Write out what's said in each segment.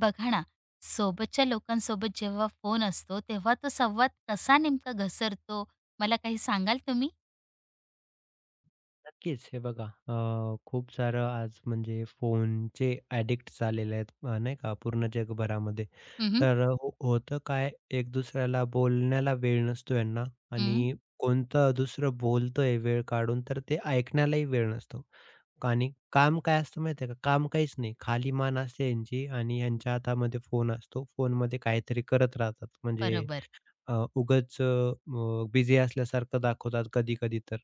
बघा ना, सोबतच्या लोकांसोबत जेव्हा फोन असतो, तेव्हा तो संवाद कसा नेमका घसरतो, मला काही सांगाल तुम्ही? नक्कीच. हे बघा खूप सारं आज म्हणजे फोनचे ॲडिक्ट झालेले आहेत नाही का पूर्ण जगभरामध्ये. हं, हं. तर हो होतं काय एक दुसऱ्याला बोलण्याला वेळ नसतो यांना हं. आणि कोणतं दुसरं बोलतंय वेळ काढून तर ते ऐकण्यालाही वेळ नसतो. आणि काम काय असतं माहिती का? काम काहीच नाही. खाली मान असते यांची आणि यांच्या हातामध्ये फोन असतो. फोनमध्ये काहीतरी करत राहतात म्हणजे बरोबर. अ, उगाच अ, अ, बिझी असल्यासारखं दाखवतात कधी-कधी तर.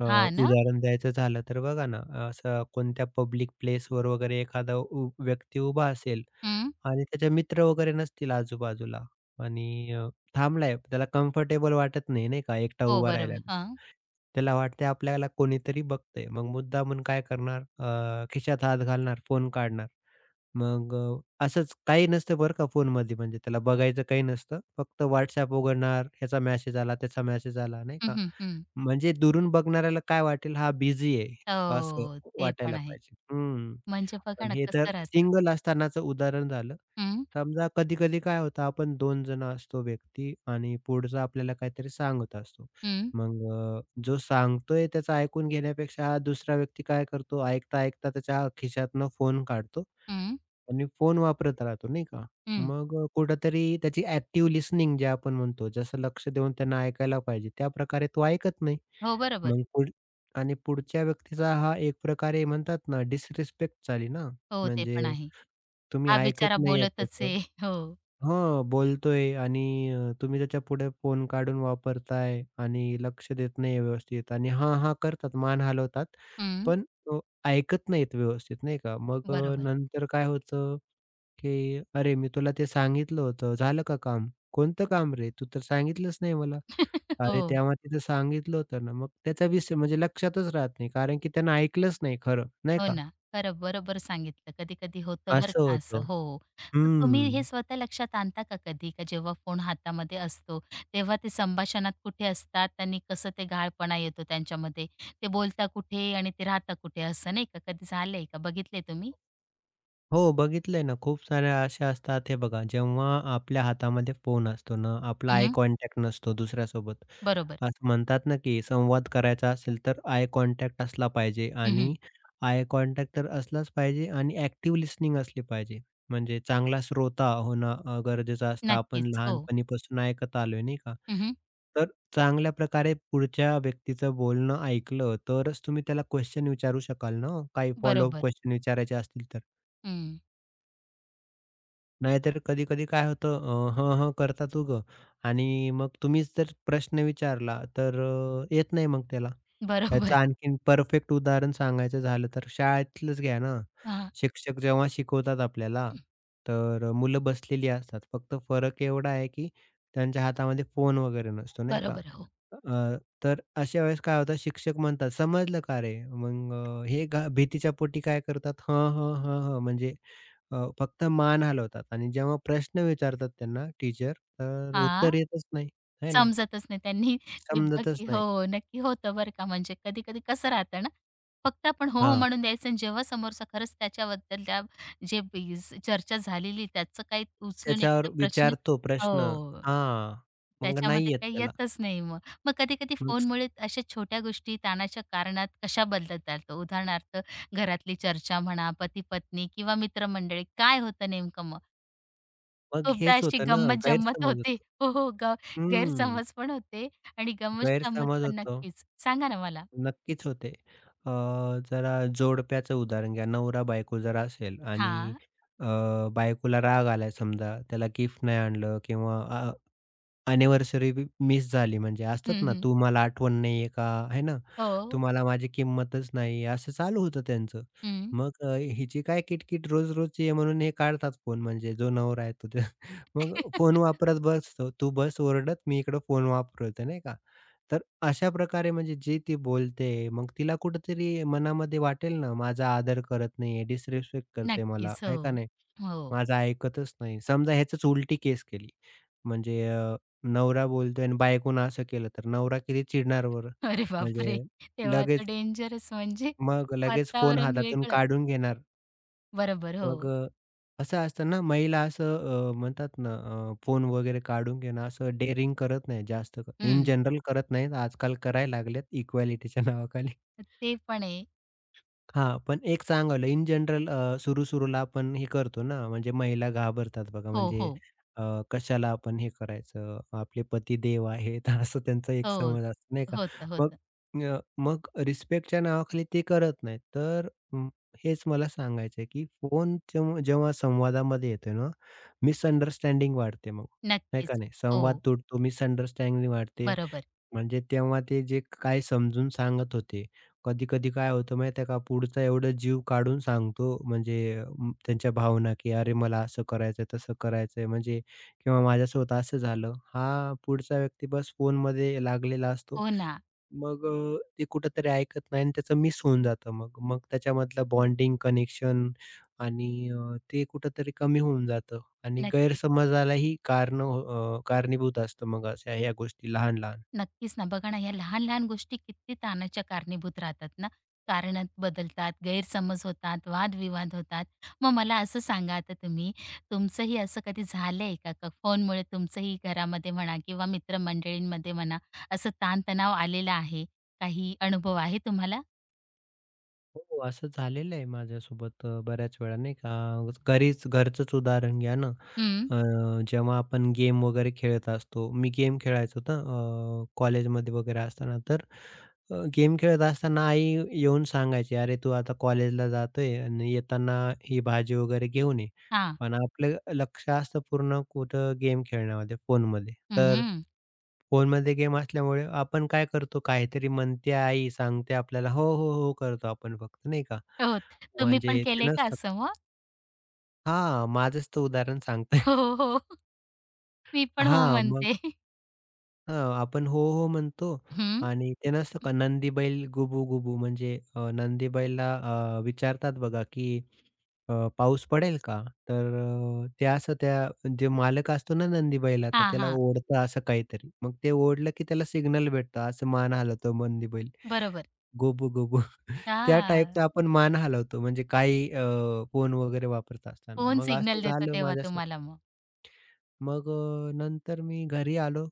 अ, हां ना? उदाहरण द्यायचं झालं तर बघा ना, असं कोणत्या पब्लिक प्लेसवर वगैरे एखादा व्यक्ती उभा असेल हं. आणि त्याचे मित्र वगैरे नसतील आजूबाजूला आणि थांबलाय. त्याला कम्फर्टेबल वाटत नाही, नाही का, एकटा हो, उभा बरोबर. राहिल्यानं. हां. त्याला वाटतंय आपल्याला कोणीतरी बघतंय. मग मुद्दामून काय करणार, खिशात हात घालणार, फोन काढणार. मग असंच काही नसतं बरं का फोनमध्ये म्हणजे त्याला बघायचं काही नसतं. फक्त WhatsApp उघडणार, ह्याचा मेसेज आला, त्याचा मेसेज आला नाही का? हं, हं, म्हणजे दुरून बघणाऱ्याला काय वाटेल हा बिझी आहे असं हो, ते पण वाटायला आहे. पाहिजे. हं. म्हणजे बघा पण ना, हे तर कसं राहतं. सिंगल असतानाचं उदाहरण झालं. हं, समजा कधी-कधी काय होतं आपण 2 जण असतो व्यक्ती आणि पुढचा आपल्याला काहीतरी सांगत असतो. हं, मग जो सांगतोय त्याचं ऐकून घेण्यापेक्षा हा दुसरा व्यक्ती काय करतो ऐकता-ऐकता त्याच्या खिशातनं फोन काढतो हं, आणि फोन वापरत राहतो नाही का? हं. मग कुठेतरी त्याची ॲक्टिव्ह लिसनिंग जे आपण म्हणतो, जसं लक्ष देऊन त्यांना ऐकायला पाहिजे, त्या प्रकारे तो ऐकत नाही. हो, बरोबर. मग पुढ आणि पुढच्या व्यक्तीचा हा एक प्रकारे म्हणतात ना डिसरिस्पेक्ट झाली ना, हो, ते म्हणजे पण आहे. तुम्ही हा बिचारा ऐकत नाहीये. बोलतच आहे. हो. हां, बोलतोय आणि तुम्ही त्याच्यापुढे फोन काढून वापरताय आणि लक्ष देत नाही व्यवस्थित आणि हां-हां करतात, मान हलवतात, हं. पण अ, ऐकत नाहीत व्यवस्थित नाही का. मग बरोबर. नंतर काय होतं, की "अरे, मी तुला ते सांगितलं होतं, झालं का काम?" "कोणतं काम रे? तू तर सांगितलंच नाही मला." "अरे, हो. तेव्हा तिथं सांगितलं होतं ना." मग त्याचा विषय म्हणजे लक्षातच राहत नाही, कारण की त्यानं ऐकलंच नाही खरं, नाही हो का? ना. खरं बरोबर सांगितलं. कधी-कधी होतं बरं असं का असं. होतं. हो. मग तुम्ही हे हं. स्वतः लक्षात आणता का कधी? का जेव्हा फोन हातामध्ये असतो, तेव्हा ते संभाषणात कुठे असतात आणि कसं ते गाळपणा येतो त्यांच्यामध्ये? ते बोलता कुठे आणि ते राहता कुठे असं नाही का? कधी झालंय का? बघितलंय तुम्ही? हो, बघितलंय ना, खूप साऱ्या अशा असतात हे बघा, जेव्हा आपल्या हातामध्ये फोन असतो ना, आपला आय हं, कॉन्टॅक्ट नसतो दुसऱ्यासोबत. बरोबर. असं म्हणतात ना, की संवाद करायचा असेल तर आय कॉन्टॅक्ट असला पाहिजे हं, आणि आय कॉन्टॅक्ट तर असलाच पाहिजे आणि ॲक्टिव्ह लिसनिंग असली पाहिजे. म्हणजे चांगला श्रोता होणं गरजेचं असतं. आपण नक्कीच. हो. लहानपणीपासून ऐकत आलोय, नाही का? हं, तर चांगल्या प्रकारे पुढच्या व्यक्तीचं बोलणं ऐकलं तरच तुम्ही त्याला क्वेशन विचारू शकाल ना, हो. काही फॉलोअप बरोबर. क्वेशन विचारायचे असतील तर. हं. नाहीतर कधी-कधी काय होतं हं, हं करतात उगं आणि मग तुम्हीच जर प्रश्न विचारला तर येत नाही मग त्याला. बरोबर. ह्याचं आणखीन परफेक्ट उदाहरण सांगायचं झालं तर शाळेतलंच घ्या ना. हां. शिक्षक जेव्हा शिकवतात आपल्याला तर मुलं बसलेली असतात. फक्त फरक एवढा आहे की त्यांच्या हातामध्ये फोन वगैरे नसतो नाही का? बरोबर. हो. अ, तर अशा वेळेस काय होतं शिक्षक म्हणतात, "समजलं का रे?" मग हे भीतीच्या पोटी काय करतात, "हं, हं, हं, हं." म्हणजे फक्त मान हलवतात आणि जेव्हा प्रश्न विचारतात त्यांना टीचर, तर हां. उत्तर येतच नाही, आहे ना? समजतच नाही त्यांनी समजतच देवभक्ती हो, नाही. हो, नक्की होतं बरं का. म्हणजे कधी-कधी कसं राहतं ना, फक्त आपण हो, हो हां. म्हणून द्यायचं आणि जेव्हा समोरचा खरंच त्याच्याबद्दल त्या जे बीज चर्चा झालेली त्याचं काही उचलून त्याच्यावर एखादा प्रश्न विचारतो प्रश्न. हो. हां, मग त्याच्यामध्ये नाही येत काही त्याला. येतच नाही मग. मग कधी-कधी मग फोनमुळे अशा छोट्या गोष्टी ताणाच्या कारणात कशा बदलतात? उदाहरणार्थ घरातली चर्चा म्हणा, पती-पत्नी किंवा मित्रमंडळी काय होतं नेमकं मग खूपदा हेच अशी होतं ना गंमत-जंमत गैरसमज होते. होतो. हो, हो. हं, गैरसमज पण होते आणि गंमत-जंमत गैरसमज पण होतो. नक्कीच. सांगा ना मला? नक्कीच होते. अ, जरा जोडप्याचं उदाहरण घ्या. नवरा-बायको जर असेल आणि हां. अ, बायकोला राग आलाय समजा, त्याला गिफ्ट नाही आणलं किंवा अॅनिव्हर्सरी मिस झाली म्हणजे असतात हं, ना, हं. तू मला आठवण नाहीये का? है ना? हो. तुम्हाला माझी किंमतच नाही, असं चालू होतं त्यांचं. हं. मग हिची काय किटकिट रोज रोज ये म्हणून हे काढतात फोन म्हणजे जो नवरा आहे तो. ते. मग फोन वापरत बसतो. तू बस ओरडत, मी इकडं फोन वापरतोय नाही का. तर अशा प्रकारे म्हणजे जी ती बोलते, मग तिला कुठेतरी मनामध्ये वाटेल ना, माझा आदर करत नाहीये, डिसरिस्पेक्ट करते मला, नक्कीच. हो. आहे का नाही? हो. माझं ऐकतच नाही. समजा ह्याचीच उलटी केस केली. म्हणजे नवरा बोलतोय आणि बायकोनं असं केलं तर नवरा किती चिडणार बरं? अरे बापरे! म्हणजे तेव्हा तर लगेच. डेंजरच म्हणजे मग लगेच फोन वातावरण हातातून वेगळं. काढून घेणार. बरोबर. मग हो. असं असतं ना महिला असं म्हणतात ना फोन वगैरे काढून घेणं असं डेअरिंग करत नाही जास्त इन हं. जनरल करत नाहीत. आजकाल करायला लागलेत इक्वालिटीच्या नावाखाली. ते पण आहे. हां, पण एक सांगावं इन जनरल सुरू-सुरूला आपण हे करतो ना, म्हणजे महिला घाबरतात बघा हो, म्हणजे हो. अ, कशाला आपण हे करायचं, आपले पती देव आहेत असं त्यांचा एक हो. समज असतो नाही का? होतं, मग होतं. मग रिस्पेक्टच्या नावाखाली ते करत नाहीत. तर अं, हेच मला सांगायचं आहे, की फोन जेव्हा जेव्हा संवादामध्ये येतोय ना, मिसअंडरस्टँडिंग वाढते मग, नाही का नक्कीच. नाही? हो. संवाद तुटतो, मिसअंडरस्टँडिंग वाढते. बरोबर. म्हणजे तेव्हा ते जे काय समजून सांगत होते. कधी-कधी काय होतं माहिती आहे का, पुढचा एवढं जीव काढून सांगतो म्हणजे त्यांच्या भावना, की "अरे मला असं करायचंय, तसं करायचंय." म्हणजे किंवा "माझ्यासोबत असं झालं." हा पुढचा व्यक्ती बस फोनमध्ये लागलेला असतो. हो ना. मग ते कुठेतरी ऐकत नाही आणि त्याचं मिस होऊन जातं मग. मग त्याच्यामधलं बॉन्डिंग, कनेक्शन आणि ते कुठेतरी कमी होऊन जातं आणि नक्कीच. गैरसमजालाही कारणं कारणीभूत असतं मग अशा ह्या गोष्टी लहान-लहान. नक्कीच ना. बघा ना, ह्या लहान-लहान गोष्टी किती ताणाच्या कारणीभूत राहतात ना. कारणं बदलतात, गैरसमज होतात, वादविवाद होतात. मग मला असं सांगा आता तुम्ही, तुमचंही असं कधी झालंय का? का फोनमुळे तुमचंही घरामध्ये म्हणा किंवा मित्रमंडळींमध्ये म्हणा, असं ताणतणाव आलेला आहे? काही अनुभव आहे तुम्हाला? हो, असं झालेलं आहे माझ्यासोबत बऱ्याच वेळा नाही का, घरीच घरचंच उदाहरण घ्या ना. हं. अ, जेव्हा आपण गेम वगैरे खेळत असतो, मी गेम खेळायचो ना कॉलेजमध्ये वगैरे असताना, तर गेम खेळत असताना आई येऊन सांगायची, "अरे, तू आता कॉलेजला जातोय आणि येताना ही भाजी वगैरे घेऊन ये." हां. पण आपलं लक्ष असतं पूर्ण कुठं गेम खेळण्यामध्ये, फोनमध्ये. तर हं, फोनमध्ये गेम असल्यामुळे आपण काय करतो, काहीतरी म्हणते आई, सांगते आपल्याला, "हो, हो, हो" करतो आपण फक्त नाही का? हो. तुम्ही पण म्हणजे ते केलंय का नसतं का. असं मग? हां, माझंच तर उदाहरण सांगतोय. हो, हो. हो. मी पण हो हां, मग म्हणते. हं, आपण "हो, हो" म्हणतो हं. आणि ते नसतं का नंदी बैल गुबू गुबू म्हणजे नंदी बैलला विचारतात बघा, की "पाऊस पडेल का?" तर ते असं त्या जे मालक असतो ना नंदी बैलाचा हां, त्याला हां. ओढतं असं काहीतरी. मग ते ओढलं, की त्याला सिग्नल भेटतो, असं मान हलवतो नंदी बैल. बरोबर. गोबू, गोबू. त्या हां. टाईपचा आपण मान हलवतो म्हणजे काही फोन वगैरे वापरत असताना. फोन मग असं सिग्नल देतो झालं तेव्हा माझ्यासोबत. तुम्हाला मग. मग नंतर मी घरी आलो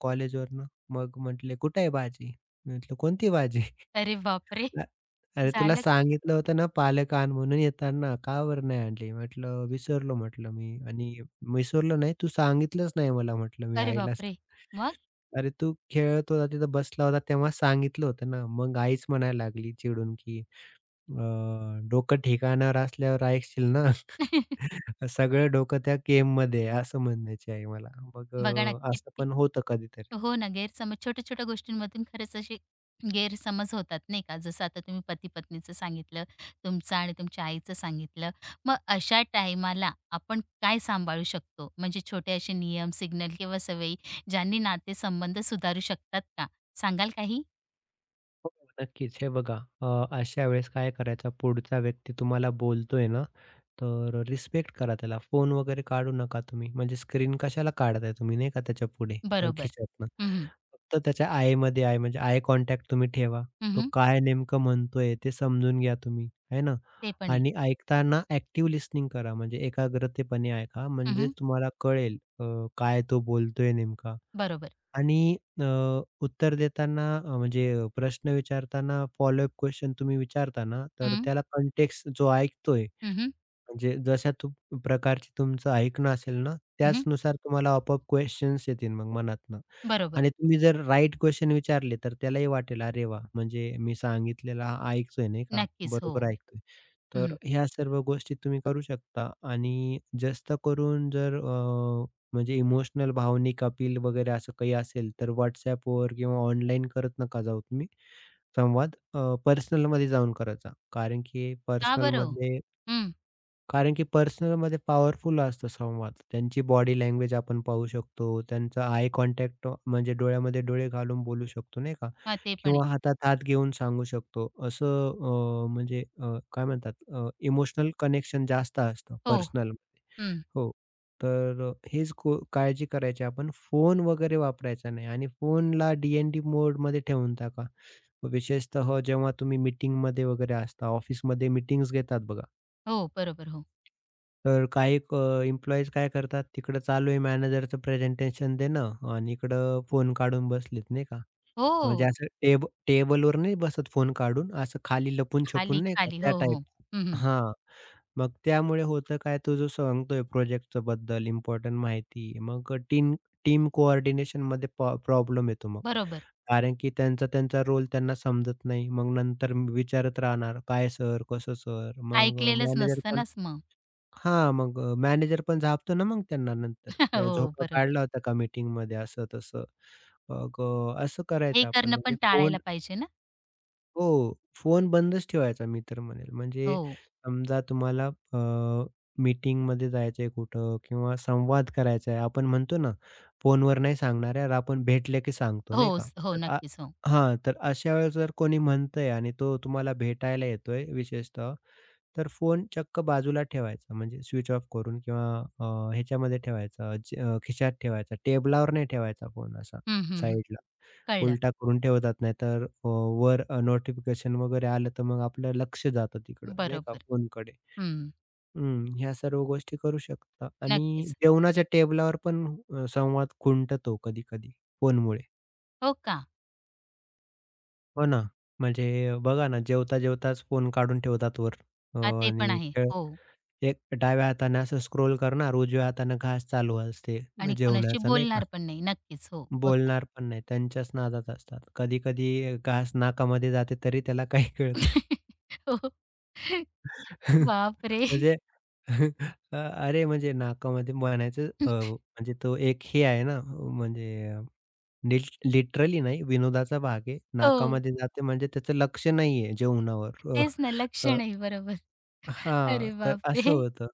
कॉलेजवरनं. मग म्हटले, "कुठे आहे भाजी?" म्हटलं, "कोणती भाजी?" अरे बापरे! अरे तुला झालं का? सांगितलं होतं ना पालक आण म्हणून येताना, का बरं नाही आणली?" म्हटलं, "विसरलो" म्हटलं मी आणि "विसरलो नाही, तू सांगितलंच नाही मला" म्हटलं मी अरे आईलाच. बापरे! मग? "अरे तू खेळत होता, तिथं बसला होता तेव्हा सांगितलं होतं ना." मग आईच म्हणायला लागली चिडून की डोकं ठिकाणावर असल्यावर ऐकशील ना, सगळं डोकं त्या गेममध्ये आहे, असं म्हणायचे आहे मला. मग बघा ना असं किती पण होतं कधीतरी. हो ना, गैरसमज छोट्या-छोट्या गोष्टींमधून खरंच असे गैरसमज होतात नाही का? जसं आता तुम्ही पती-पत्नीचं सांगितलं, तुमचं आणि तुमच्या आईचं सांगितलं. मग अशा टाईमाला आपण काय सांभाळू शकतो? म्हणजे छोटे असे नियम, सिग्नल किंवा सवयी ज्यांनी नातेसंबंध सुधारू शकतात का? सांगाल काही? हो, नक्कीच. हे बघा, अ, अशा वेळेस काय करायचं, पुढचा व्यक्ती तुम्हाला बोलतोय ना, तर रिस्पेक्ट करा त्याला. फोन वगैरे काढू नका तुम्ही. म्हणजे स्क्रीन कशाला काढताय तुम्ही नाही का त्याच्यापुढे बरोबर. खिशातनं. हं, हं. फक्त त्याच्या आयमध्ये आहे, म्हणजे आय कॉन्टॅक्ट तुम्ही ठेवा. तो काय नेमकं म्हणतोय ते समजून घ्या तुम्ही, आहे ना? ते पण आहे. आणि ऐकताना ॲक्टिव्ह लिसनिंग करा, म्हणजे एकाग्रतेपणे ऐका, म्हणजे हं, तुम्हाला कळेल काय तो बोलतोय नेमका. बरोबर. आणि अ, उत्तर देताना म्हणजे प्रश्न विचारताना फॉलोअप क्वेशन तुम्ही विचारता ना, तर त्याला कॉन्टेक्स्ट जो ऐकतोय, हं, हं. म्हणजे जशा प्रकारची तुमचं ऐकणं असेल ना, त्याचनुसार तुम्हाला आपोआप क्वेशन्स येतील मग मनातनं. बरोबर. आणि तुम्ही जर राइट क्वेशन विचारले, तर त्यालाही वाटेल, "अरे वाह! म्हणजे मी सांगितलेलं हा ऐकतोय नाही का? नक्कीच. हो. बरोबर ऐकतोय." तर हं. ह्या सर्व गोष्टी तुम्ही करू शकता आणि जास्त करून जर म्हणजे इमोशनल, भावनिक अपील वगैरे असं काही असेल, तर WhatsAppवर किंवा ऑनलाईन करत नका जाऊ तुम्ही संवाद. पर्सनलमध्ये जाऊन करायचा. कारण की का बरं हो? पर्सनलमध्ये हं. कारण की पर्सनल पर्सनलमध्ये पॉवरफुल असतो संवाद. त्यांची बॉडी लँग्वेज आपण पाहू शकतो. त्यांचा आय कॉन्टॅक्ट म्हणजे डोळ्यामध्ये डोळे घालून बोलू शकतो, नाही का? हां, ते पण आहे. किंवा हातात हात घेऊन सांगू शकतो. असं म्हणजे काय म्हणतात इमोशनल कनेक्शन जास्त असतं हो. पर्सनलमध्ये. हं. हो. तर हीच काळजी करायची आपण. फोन वगैरे वापरायचा नाही आणि फोनला डी-एन-डी मोड मध्ये ठेवून टाका. विशेषतः जेव्हा तुम्ही मीटिंगमध्ये वगैरे असता, ऑफिसमध्ये मीटिंग्ज घेतात बघा. हो, बरोबर. हो. तर काही एम्प्लॉईज काय करतात, तिकडं चालू आहे मॅनेजरचं प्रेझेंटेशन देणं आणि इकडं फोन काढून बसलेत नाही का. म्हणजे हो. असं टेबलवर नाही बसत फोन काढून, असं खाली खाली, लपून-छपून नाही का खाली. त्या हो, टाईप. हो. हं, हां, मग त्यामुळे होतं काय, तो जो सांगतोय प्रोजेक्टच्या बद्दल इम्पोर्टंट माहिती, मग टीम टीम कोऑर्डिनेशनमध्ये प्रॉब्लेम येतो मग. बरोबर. कारण की त्यांचा त्यांचा रोल त्यांना समजत नाही. मग नंतर विचारत राहणार, "काय सर? कसं सर?" मग अ, ऐकलेलंच मॅनेजर नसतं नाच मग. हां, मग अ, मॅनेजर पण झापतो ना मग त्यांना नंतर. "ए, हो, झोका बरोबर. काढला होता का मीटिंगमध्ये?" असं-तसं. मग असं हे करायचं आपण करणं पण म्हणजे फोन. टाळायला पाहिजे ना. हो, फोन बंदच ठेवायचा मी तर म्हणेल. म्हणजे हो. समजा तुम्हाला मीटिंगमध्ये जायचं आहे कुठं किंवा संवाद करायचा आहे. आपण म्हणतो ना, फोनवर नाही सांगणार यार, आपण भेटले की सांगतो हो, नाही का? हो. तर आ नक्कीच. हो. हां, तर अशा वेळेस जर कोणी म्हणतंय आणि तो तुम्हाला भेटायला येतोय विशेषतः, तर फोन चक्क बाजूला ठेवायचा म्हणजे स्विच ऑफ करून किंवा अ, ह्याच्यामध्ये ठेवायचा जे खिशात ठेवायचा. टेबलावर नाही ठेवायचा फोन असा हं, हं, हं. साईडला. कळलं. उलटा करून ठेवतात नाहीतर तर वर नोटिफिकेशन वगैरे आलं तर मग आपलं लक्ष जातं तिकडं नाही का बरोबर. फोनकडे. हं. हं, ह्या सर्व गोष्टी करू शकता आणि नक्कीच. जेवणाच्या टेबलावर पण संवाद खुंटतो कधी-कधी फोनमुळे. हो का? हो ना. म्हणजे बघा ना, जेवता-जेवताच फोन काढून ठेवतात वर अ, हां, ते पण आणि आहे. खेळ हो. एक डाव्या हाताने असं स्क्रोल करणार, उजव्या हाताने घास चालू असते आणि कोणाशी जेवणाचा नाही का? बोलणार पण नाही. नक्कीच. हो. होतं. बोलणार पण नाही, त्यांच्याच नादात असतात. कधी-कधी घास नाकामध्ये जाते तरी त्याला काही कळत नाही. हो. बापरे! म्हणजे अरे म्हणजे नाकामध्ये म्हणायचं म्हणजे तो एक हे आहे ना, म्हणजे लिट लिटरली नाही विनोदाचा भाग आहे. हो. नाकामध्ये जाते म्हणजे त्याचं लक्ष नाहीये जेवणावर. तेच ना, लक्ष अ नाही बरोबर. हां, अरे तर असं बापरे! होतं.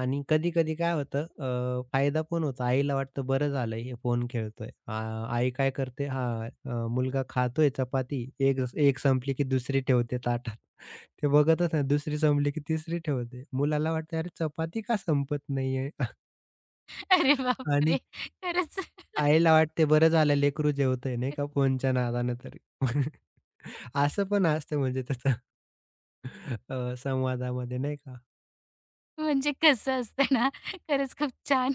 आणि कधी-कधी काय होतं फायदा पण होतो. आईला वाटतं बरं झालं हे फोन खेळतोय. आई काय करते हां, मुलगा खातोय चपाती, एक एक संपली की दुसरी ठेवते ताटात. ते बघतच नाही. दुसरी संपली की तिसरी ठेवते. मुलाला वाटतं अरे चपाती का संपत नाहीये? अरे आणि बापरे! खरंच आईला वाटते बरं झालं लेकरू जेवतंय नाही का फोनच्या नादानं तरी. असं पण असतं म्हणजे त्याचं संवादामध्ये नाही का? म्हणजे कसं असतं ना, खरंच खूप छान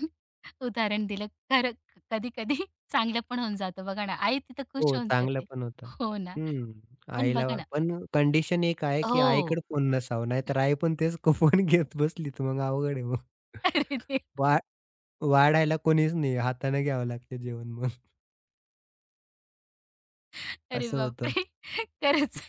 उदाहरण दिलं. खरं कधी-कधी चांगलं पण होऊन जातं बघा ना. आई तिथं खुश हो, होऊन चांगलं जाते. पण होतं. हो ना. हं, पण आईला बघा ना पण कंडिशन एक आहे, की हो. आईकडे फोन नसावा. नाहीतर आई पण तेच फोन घेत बसली, तर मग अवघड आहे मग. अरे देव! वा वाढायला कोणीच नाही. हाताने घ्यावं लागतं जेवण मग. अरे असं होतं बापरे! खरंच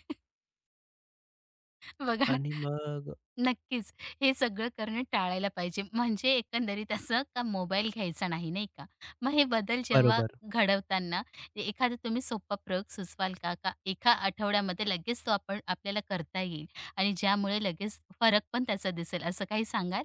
बघा ना आणि मग नक्कीच. हे सगळं करणं टाळायला पाहिजे. म्हणजे एकंदरीत असं का मोबाईल घ्यायचा नाही, नाही का? मग हे बदल जेव्हा बरोबर. घडवताना एखादा तुम्ही सोपा प्रयोग सुचवाल का? का एका आठवड्यामध्ये लगेच तो आपण आपल्याला करता येईल आणि ज्यामुळे लगेच फरक पण त्याचा दिसेल असं काही सांगाल?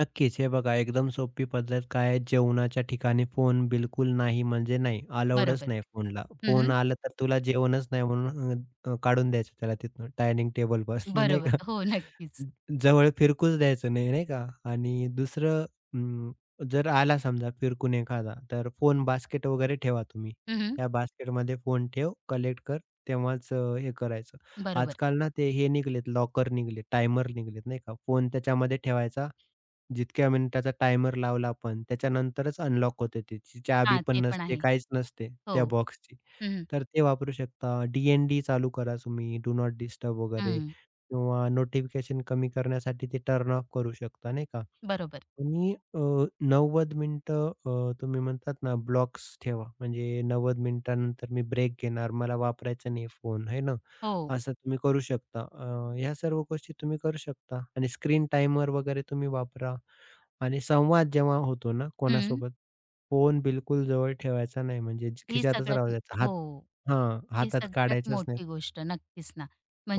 नक्कीच. हे बघा एकदम सोपी पद्धत काय आहे, जेवणाच्या ठिकाणी फोन बिलकुल नाही म्हणजे नाही, अलाउडच बरोबर. नाही फोनला. फोन हं, आला तर तुला जेवणच नाही म्हणून काढून द्यायचं त्याला तिथनं डायनिंग टेबलपासनं नाही बरोबर. का? हो, नक्कीच. जवळ फिरकूच द्यायचं नाही, नाही का? आणि दुसरं अं, जर आला समजा फिरकून एखादा, तर फोन बास्केट वगैरे ठेवा तुम्ही. हं, या बास्केटमध्ये फोन ठेव, कलेक्ट कर, तेव्हाच हे करायचं. बरोबर. आजकाल ना ते हे निघालेत लॉकर निघाले, टायमर निघालेत नाही का? फोन त्याच्यामध्ये ठेवायचा जितक्या मिनिटाचा टायमर लावला आपण, त्याच्यानंतरच अनलॉक होते ते. ती चावी हां, पण ते पण नसते, आहे. काहीच नसते हो. त्या बॉक्सची. हं, हं. तर ते वापरू शकता. डी-एन-डी चालू करा तुम्ही, डू नॉट डिस्टर्ब वगैरे किंवा नोटिफिकेशन कमी करण्यासाठी ते टर्न ऑफ करू शकता, नाही का? बरोबर. आणि 90 मिनिटं तुम्ही म्हणतात ना ब्लॉक्स ठेवा. म्हणजे 90 मिनिटानंतर मी ब्रेक घेणार, मला वापरायचा नाही फोन, आहे ना? हो. असं तुम्ही करू शकता. ह्या सर्व गोष्टी तुम्ही करू शकता आणि स्क्रीन टाइमर वगैरे तुम्ही वापरा आणि संवाद जेव्हा होतो ना हं. कोणासोबत, फोन बिलकुल जवळ ठेवायचा नाही म्हणजे ही खिशातच राहू सगळ्यात द्यायचा. हात हो. हां, ही हातात सगळ्यात काढायचाच नाही. मोठी गोष्ट नक्कीच ना.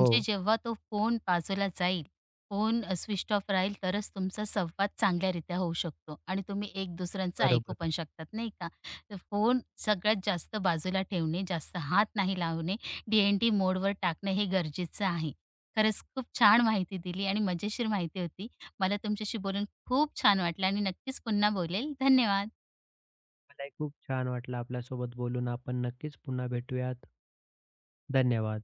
हो, जेव्हा तो फोन बाजूला जाईल, फोन स्विच ऑफ राहील तरच तुमचा संवाद चांगल्यारीत्या होऊ शकतो आणि तुम्ही एक दुसऱ्यांचं ऐकू बरोबर. पण शकतात, नाही का? तर फोन सगळ्यात जास्त बाजूला ठेवणे, जास्त हात नाही लावणे, डी-एन-डी मोडवर टाकणं हे गरजेचं आहे. खरंच खूप छान माहिती दिली आणि मजेशीर माहिती होती. मला तुमच्याशी बोलून खूप छान वाटलं आणि नक्कीच पुन्हा बोलेल. धन्यवाद. मलाही खूप छान वाटलं आपल्यासोबत बोलून. आपण नक्कीच पुन्हा भेटूयात. धन्यवाद.